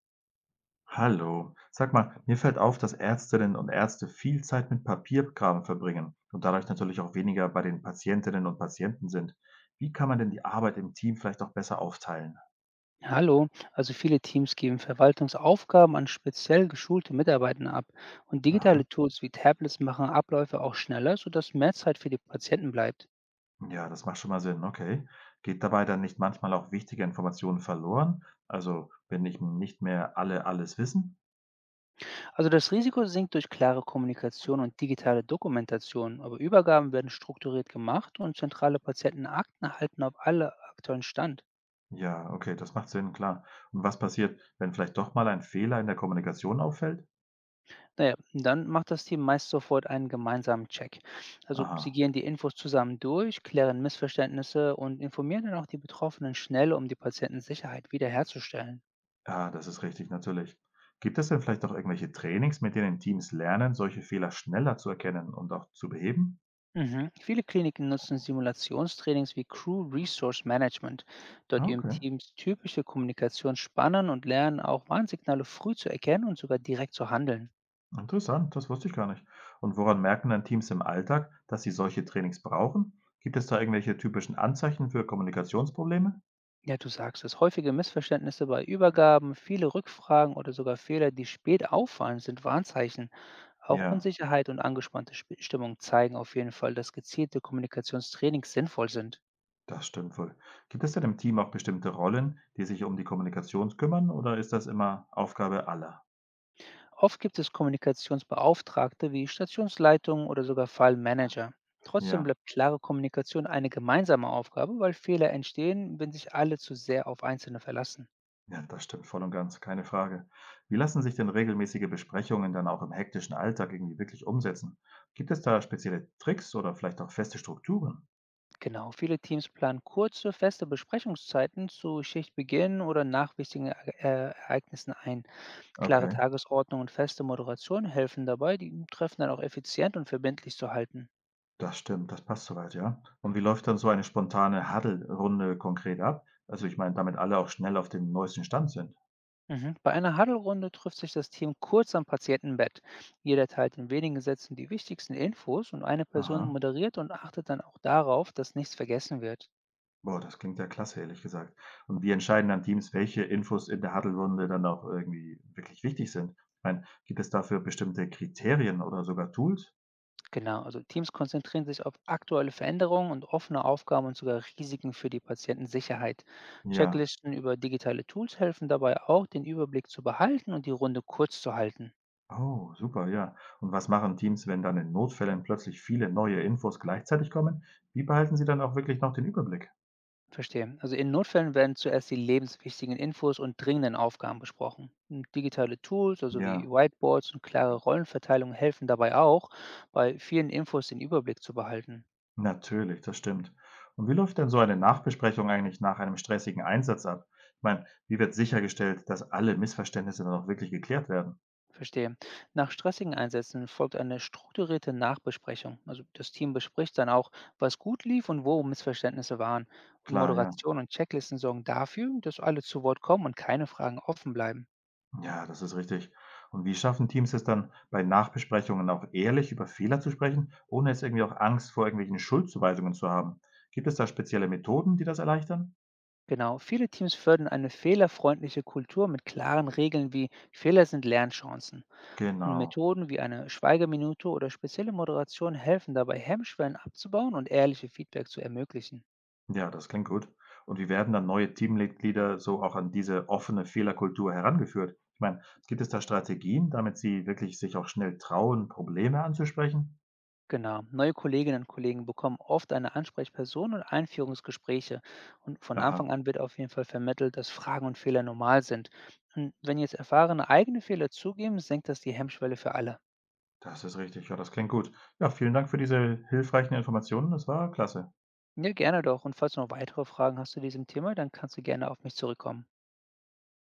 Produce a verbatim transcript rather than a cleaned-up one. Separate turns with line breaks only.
Hallo. Sag mal, mir fällt auf, dass Ärztinnen und Ärzte viel Zeit mit Papierkram verbringen und dadurch natürlich auch weniger bei den Patientinnen und Patienten sind. Wie kann man denn die Arbeit im Team vielleicht auch besser aufteilen?
Hallo, also viele Teams geben Verwaltungsaufgaben an speziell geschulte Mitarbeiter ab und
Aha.
digitale Tools wie Tablets machen Abläufe auch schneller, sodass mehr Zeit für die Patienten bleibt.
Ja, das macht schon mal Sinn. Okay. Geht dabei dann nicht manchmal auch wichtige Informationen verloren? Also, wenn nicht nicht mehr alle alles wissen?
Also das Risiko sinkt durch klare Kommunikation und digitale Dokumentation, aber Übergaben werden strukturiert gemacht und zentrale Patientenakten halten auf alle aktuellen Stand.
Ja, okay, das macht Sinn, klar. Und was passiert, wenn vielleicht doch mal ein Fehler in der Kommunikation auffällt?
Na ja, dann macht das Team meist sofort einen gemeinsamen Check. Also sie
Aha.
gehen die Infos zusammen durch, klären Missverständnisse und informieren dann auch die Betroffenen schnell, um die Patientensicherheit wiederherzustellen.
Ja, das ist richtig, natürlich. Gibt es denn vielleicht auch irgendwelche Trainings, mit denen Teams lernen, solche Fehler schneller zu erkennen und auch zu beheben?
Mhm. Viele Kliniken nutzen Simulationstrainings wie Crew Resource Management. Dort
Ah,
üben
okay,
Teams typische Kommunikationsspannen und lernen auch Warnsignale früh zu erkennen und sogar direkt zu handeln.
interessant, das wusste ich gar nicht. Und woran merken dann Teams im Alltag, dass sie solche Trainings brauchen? Gibt es da irgendwelche typischen Anzeichen für Kommunikationsprobleme?
Ja, du sagst es. Häufige Missverständnisse bei Übergaben, viele Rückfragen oder sogar Fehler, die spät auffallen, sind Warnzeichen. Auch
Ja,
Unsicherheit und angespannte Sp- Stimmung zeigen auf jeden Fall, dass gezielte Kommunikationstrainings sinnvoll sind.
das stimmt wohl. Gibt es denn im Team auch bestimmte Rollen, die sich um die Kommunikation kümmern, oder ist das immer Aufgabe aller?
Oft gibt es Kommunikationsbeauftragte wie Stationsleitungen oder sogar Fallmanager. Trotzdem
Ja.
bleibt klare Kommunikation eine gemeinsame Aufgabe, weil Fehler entstehen, wenn sich alle zu sehr auf Einzelne verlassen.
Ja, das stimmt voll und ganz, keine Frage. Wie lassen sich denn regelmäßige Besprechungen dann auch im hektischen Alltag irgendwie wirklich umsetzen? Gibt es da spezielle Tricks oder vielleicht auch feste Strukturen?
Genau, viele Teams planen kurze, feste Besprechungszeiten zu Schichtbeginn oder nach wichtigen Ere- äh, Ereignissen ein. Klare
Okay,
Tagesordnung und feste Moderation helfen dabei, die Treffen dann auch effizient und verbindlich zu halten.
das stimmt, das passt soweit, ja. Und wie läuft dann so eine spontane Huddle-Runde konkret ab? Also ich meine, damit alle auch schnell auf dem neuesten Stand sind.
Mhm. Bei einer Huddle-Runde trifft sich das Team kurz am Patientenbett. Jeder teilt in wenigen Sätzen die wichtigsten Infos und eine Person
Aha,
moderiert und achtet dann auch darauf, dass nichts vergessen wird.
boah, das klingt ja klasse, ehrlich gesagt. Und wie entscheiden dann Teams, welche Infos in der Huddle-Runde dann auch irgendwie wirklich wichtig sind? Ich meine, gibt es dafür bestimmte Kriterien oder sogar Tools?
Genau, also Teams konzentrieren sich auf aktuelle Veränderungen und offene Aufgaben und sogar Risiken für die Patientensicherheit.
Ja.
Checklisten über digitale Tools helfen dabei auch, den Überblick zu behalten und die Runde kurz zu halten.
Oh, super, ja. Und was machen Teams, wenn dann in Notfällen plötzlich viele neue Infos gleichzeitig kommen? Wie behalten sie dann auch wirklich noch den Überblick?
Verstehe. Also in Notfällen werden zuerst die lebenswichtigen Infos und dringenden Aufgaben besprochen. Und digitale Tools, also wie
Ja,
Whiteboards und klare Rollenverteilung helfen dabei auch, bei vielen Infos den Überblick zu behalten.
natürlich, das stimmt. Und wie läuft denn so eine Nachbesprechung eigentlich nach einem stressigen Einsatz ab? Ich meine, wie wird sichergestellt, dass alle Missverständnisse dann auch wirklich geklärt werden?
Verstehe. Nach stressigen Einsätzen folgt eine strukturierte Nachbesprechung. Also das Team bespricht dann auch, was gut lief und wo Missverständnisse waren. Und
Klar, ja.
Moderation und Checklisten sorgen dafür, dass alle zu Wort kommen und keine Fragen offen bleiben.
Ja, das ist richtig. Und wie schaffen Teams es dann, bei Nachbesprechungen auch ehrlich über Fehler zu sprechen, ohne jetzt irgendwie auch Angst vor irgendwelchen Schuldzuweisungen zu haben? Gibt es da spezielle Methoden, die das erleichtern?
Genau, viele Teams fördern eine fehlerfreundliche Kultur mit klaren Regeln wie Fehler sind Lernchancen. Und
Genau.
Methoden wie eine Schweigeminute oder spezielle Moderation helfen dabei, Hemmschwellen abzubauen und ehrliche Feedback zu ermöglichen.
Ja, das klingt gut. Und wie werden dann neue Teammitglieder so auch an diese offene Fehlerkultur herangeführt? Ich meine, gibt es da Strategien, damit sie wirklich sich auch schnell trauen, Probleme anzusprechen?
Genau. Neue Kolleginnen und Kollegen bekommen oft eine Ansprechperson und Einführungsgespräche. Und von
Aha,
Anfang an wird auf jeden Fall vermittelt, dass Fragen und Fehler normal sind. Und wenn jetzt Erfahrene eigene Fehler zugeben, senkt das die Hemmschwelle für alle.
das ist richtig. Ja, das klingt gut. Ja, vielen Dank für diese hilfreichen Informationen. Das war klasse.
Ja, gerne doch. Und falls du noch weitere Fragen hast zu diesem Thema, dann kannst du gerne auf mich zurückkommen.